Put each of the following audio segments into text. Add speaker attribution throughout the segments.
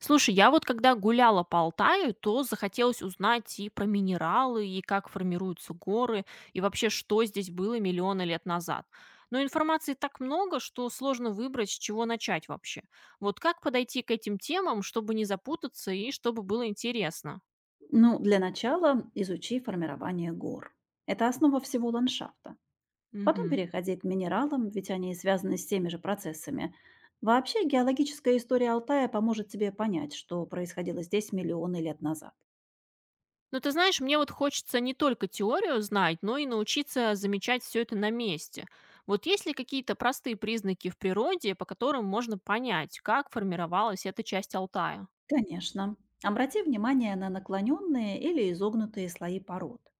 Speaker 1: Слушай, я вот когда гуляла по Алтаю, то захотелось узнать и про минералы, и как формируются горы, и вообще, что здесь было миллионы лет назад. Но информации так много, что сложно выбрать, с чего начать вообще. Вот как подойти к этим темам, чтобы не запутаться и чтобы было интересно?
Speaker 2: Ну, для начала изучи формирование гор. Это основа всего ландшафта. Потом
Speaker 1: Мгм.
Speaker 2: переходи к минералам, ведь они связаны с теми же процессами. Вообще, геологическая история Алтая поможет тебе понять, что происходило здесь миллионы лет назад.
Speaker 1: Ну, ты знаешь, мне вот хочется не только теорию знать, но и научиться замечать все это на месте. Вот есть ли какие-то простые признаки в природе, по которым можно понять, как формировалась эта часть Алтая?
Speaker 2: Конечно. Обрати внимание на наклоненные или изогнутые слои пород.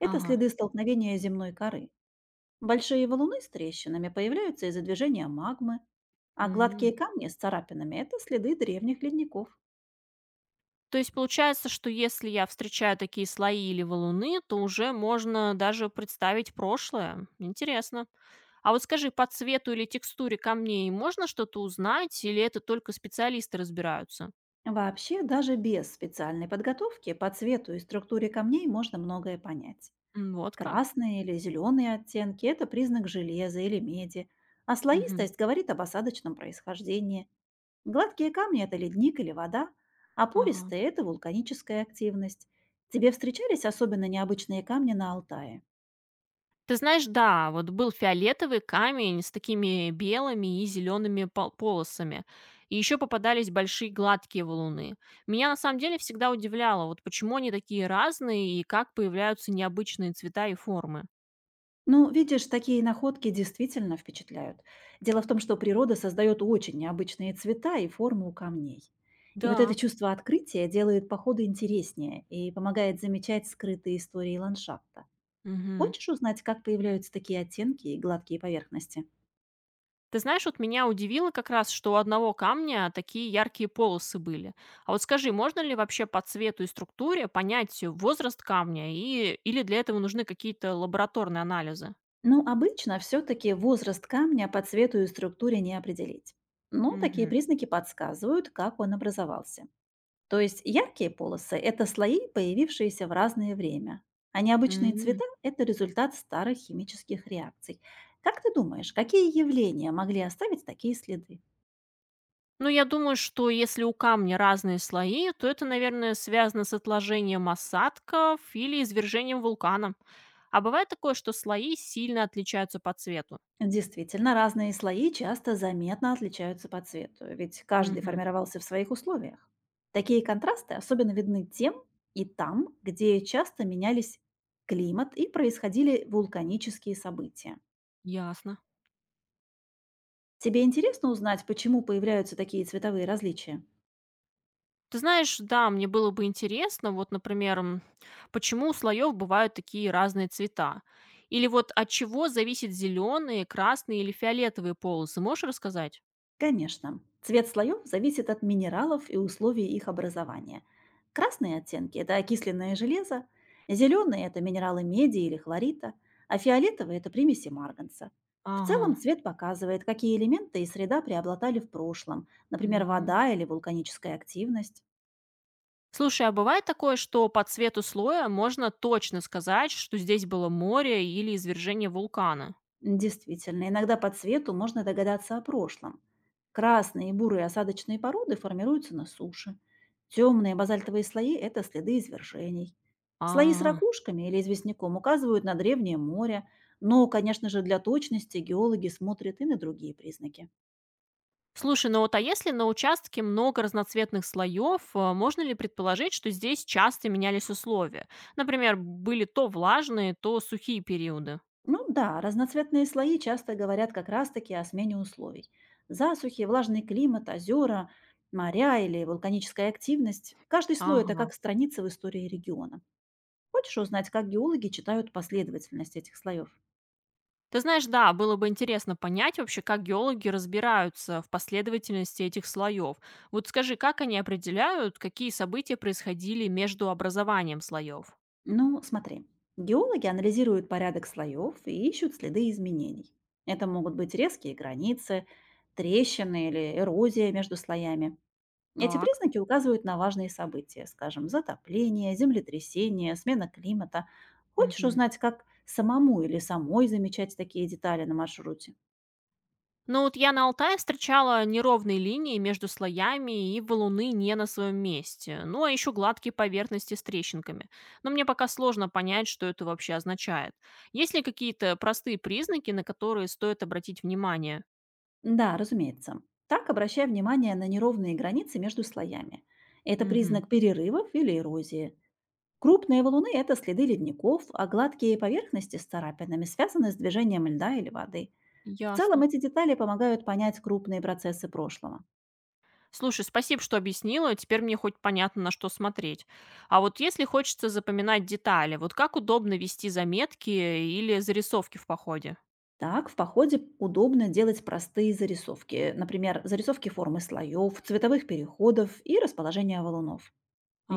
Speaker 2: Это
Speaker 1: Ага.
Speaker 2: следы столкновения земной коры. Большие валуны с трещинами появляются из-за движения магмы, а
Speaker 1: М.
Speaker 2: гладкие камни с царапинами– это следы древних ледников.
Speaker 1: То есть получается, что если я встречаю такие слои или валуны, то уже можно даже представить прошлое. Интересно. А вот скажи, по цвету или текстуре камней можно что-то узнать, или это только специалисты разбираются?
Speaker 2: Вообще, даже без специальной подготовки по цвету и структуре камней можно многое понять.
Speaker 1: М, вот как?
Speaker 2: Красные или зеленые оттенки– это признак железа или меди, а
Speaker 1: Мгм.
Speaker 2: слоистость говорит об осадочном происхождении. Гладкие камни– это ледник или вода, а
Speaker 1: Ага.
Speaker 2: пористые– это вулканическая активность. Тебе встречались особенно необычные камни на Алтае?
Speaker 1: Ты знаешь, да, вот был фиолетовый камень с такими белыми и зелеными полосами. И еще попадались большие гладкие валуны. Меня на самом деле всегда удивляло, вот почему они такие разные и как появляются необычные цвета и формы.
Speaker 2: Ну, видишь, такие находки действительно впечатляют. Дело в том, что природа создает очень необычные цвета и формы у камней. И вот это
Speaker 1: Да.
Speaker 2: чувство открытия делает походы интереснее и помогает замечать скрытые истории ландшафта.
Speaker 1: Мгм.
Speaker 2: Хочешь узнать, как появляются такие оттенки и гладкие поверхности?
Speaker 1: Ты знаешь, вот меня удивило как раз, что у одного камня такие яркие полосы были. А вот скажи, можно ли вообще по цвету и структуре понять возраст камня или для этого нужны какие-то лабораторные анализы?
Speaker 2: Ну, обычно все-таки возраст камня по цвету и структуре не определить. Но такие
Speaker 1: Угу.
Speaker 2: признаки подсказывают, как он образовался. То есть яркие полосы– это слои, появившиеся в разное время, а необычные цвета– это результат старых химических реакций. Как ты думаешь, какие явления могли оставить такие следы?
Speaker 1: Ну, я думаю, что если у камня разные слои, то это, наверное, связано с отложением осадков или извержением вулкана. А бывает такое, что слои сильно отличаются по цвету.
Speaker 2: Действительно, разные слои часто заметно отличаются по цвету, ведь каждый
Speaker 1: Угу,
Speaker 2: формировался в своих условиях. Такие контрасты особенно видны тем и там, где часто менялись климат и происходили вулканические события.
Speaker 1: ясно.
Speaker 2: Тебе интересно узнать, почему появляются такие цветовые различия?
Speaker 1: Ты знаешь, да, мне было бы интересно, вот, например, почему у слоев бывают такие разные цвета? Или вот от чего зависят зеленые, красные или фиолетовые полосы? Можешь рассказать?
Speaker 2: Конечно. Цвет слоев зависит от минералов и условий их образования. Красные оттенки– это окисленное железо, зеленые– это минералы меди или хлорита, а фиолетовые– это примеси марганца. В
Speaker 1: Ага.
Speaker 2: целом цвет показывает, какие элементы и среда преобладали в прошлом, например, вода или вулканическая активность.
Speaker 1: Слушай, а бывает такое, что по цвету слоя можно точно сказать, что здесь было море или извержение вулкана?
Speaker 2: Действительно, иногда по цвету можно догадаться о прошлом. Красные и бурые осадочные породы формируются на суше. Темные базальтовые слои– это следы извержений. Слои с
Speaker 1: А,
Speaker 2: ракушками или известняком указывают на древнее море, но, конечно же, для точности геологи смотрят и на другие признаки.
Speaker 1: слушай, ну вот а если на участке много разноцветных слоев, можно ли предположить, что здесь часто менялись условия? Например, были то влажные, то сухие периоды.
Speaker 2: Ну да, разноцветные слои часто говорят как раз-таки о смене условий. Засухи, влажный климат, озера, моря или вулканическая активность. Каждый слой– это
Speaker 1: Ага.
Speaker 2: как страница в истории региона. Хочешь узнать, как геологи читают последовательность этих слоев?
Speaker 1: Ты знаешь, да, было бы интересно понять вообще, как геологи разбираются в последовательности этих слоев. Вот скажи, как они определяют, какие события происходили между образованием слоев?
Speaker 2: Ну, смотри. Геологи анализируют порядок слоев и ищут следы изменений. Это могут быть резкие границы, трещины или эрозия между слоями. Эти
Speaker 1: Так.
Speaker 2: признаки указывают на важные события, скажем, затопление, землетрясение, смена климата. Хочешь
Speaker 1: Мгм.
Speaker 2: узнать, как самому или самой замечать такие детали на маршруте?
Speaker 1: Ну вот я на Алтае встречала неровные линии между слоями и валуны не на своем месте. Ну а еще гладкие поверхности с трещинками. Но мне пока сложно понять, что это вообще означает. Есть ли какие-то простые признаки, на которые стоит обратить внимание?
Speaker 2: Да, разумеется. Так обращая внимание на неровные границы между слоями. Это
Speaker 1: Мгм.
Speaker 2: признак перерывов или эрозии. Крупные валуны– это следы ледников, а гладкие поверхности с царапинами связаны с движением льда или воды. В целом
Speaker 1: Ясно.
Speaker 2: эти детали помогают понять крупные процессы прошлого.
Speaker 1: Слушай, спасибо, что объяснила. Теперь мне хоть понятно, на что смотреть. А вот если хочется запоминать детали, вот как удобно вести заметки или зарисовки в походе?
Speaker 2: Так, в походе удобно делать простые зарисовки, например, зарисовки формы слоев, цветовых переходов и расположения валунов.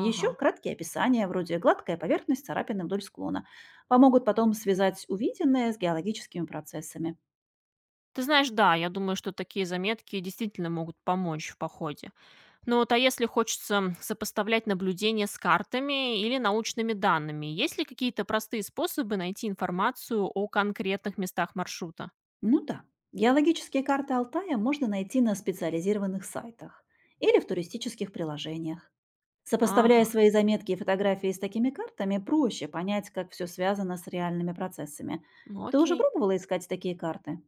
Speaker 1: Ага.
Speaker 2: краткие описания, вроде «гладкая поверхность царапины вдоль склона», помогут потом связать увиденное с геологическими процессами.
Speaker 1: Ты знаешь, да, я думаю, что такие заметки действительно могут помочь в походе. Но вот а если хочется сопоставлять наблюдения с картами или научными данными, есть ли какие-то простые способы найти информацию о конкретных местах маршрута?
Speaker 2: Ну да, геологические карты Алтая можно найти на специализированных сайтах или в туристических приложениях. Сопоставляя
Speaker 1: Ага,
Speaker 2: свои заметки и фотографии с такими картами, проще понять, как все связано с реальными процессами.
Speaker 1: ну
Speaker 2: Ты уже
Speaker 1: окей.
Speaker 2: пробовала искать такие карты?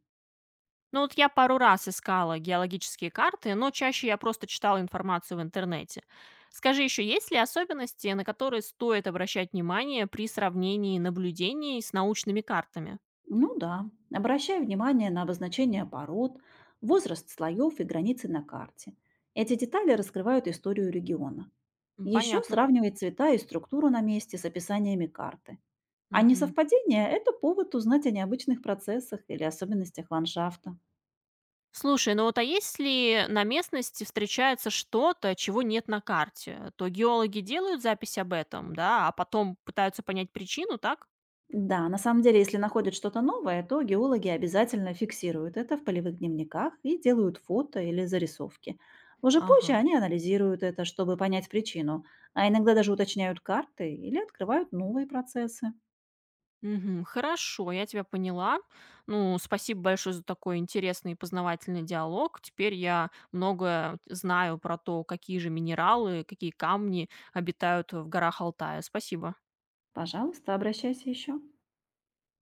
Speaker 1: Ну вот я пару раз искала геологические карты, но чаще я просто читала информацию в интернете. Скажи еще, есть ли особенности, на которые стоит обращать внимание при сравнении наблюдений с научными картами?
Speaker 2: Ну да, обращай внимание на обозначение пород, возраст слоев и границы на карте. Эти детали раскрывают историю региона.
Speaker 1: М,
Speaker 2: Еще
Speaker 1: понятно.
Speaker 2: сравнивай цвета и структуру на месте с описаниями карты. А
Speaker 1: Мгм.
Speaker 2: несовпадение– это повод узнать о необычных процессах или особенностях ландшафта.
Speaker 1: Слушай, ну вот а если на местности встречается что-то, чего нет на карте, то геологи делают запись об этом, да, а потом пытаются понять причину, так?
Speaker 2: Да, на самом деле, если находят что-то новое, то геологи обязательно фиксируют это в полевых дневниках и делают фото или зарисовки. Уже позже
Speaker 1: Ага.
Speaker 2: они анализируют это, чтобы понять причину, а иногда даже уточняют карты или открывают новые процессы.
Speaker 1: Мгм. Хорошо, я тебя поняла. Ну, спасибо большое за такой интересный и познавательный диалог. Теперь я многое знаю про то, какие же минералы, какие камни обитают в горах Алтая. Спасибо.
Speaker 2: Пожалуйста, обращайся еще.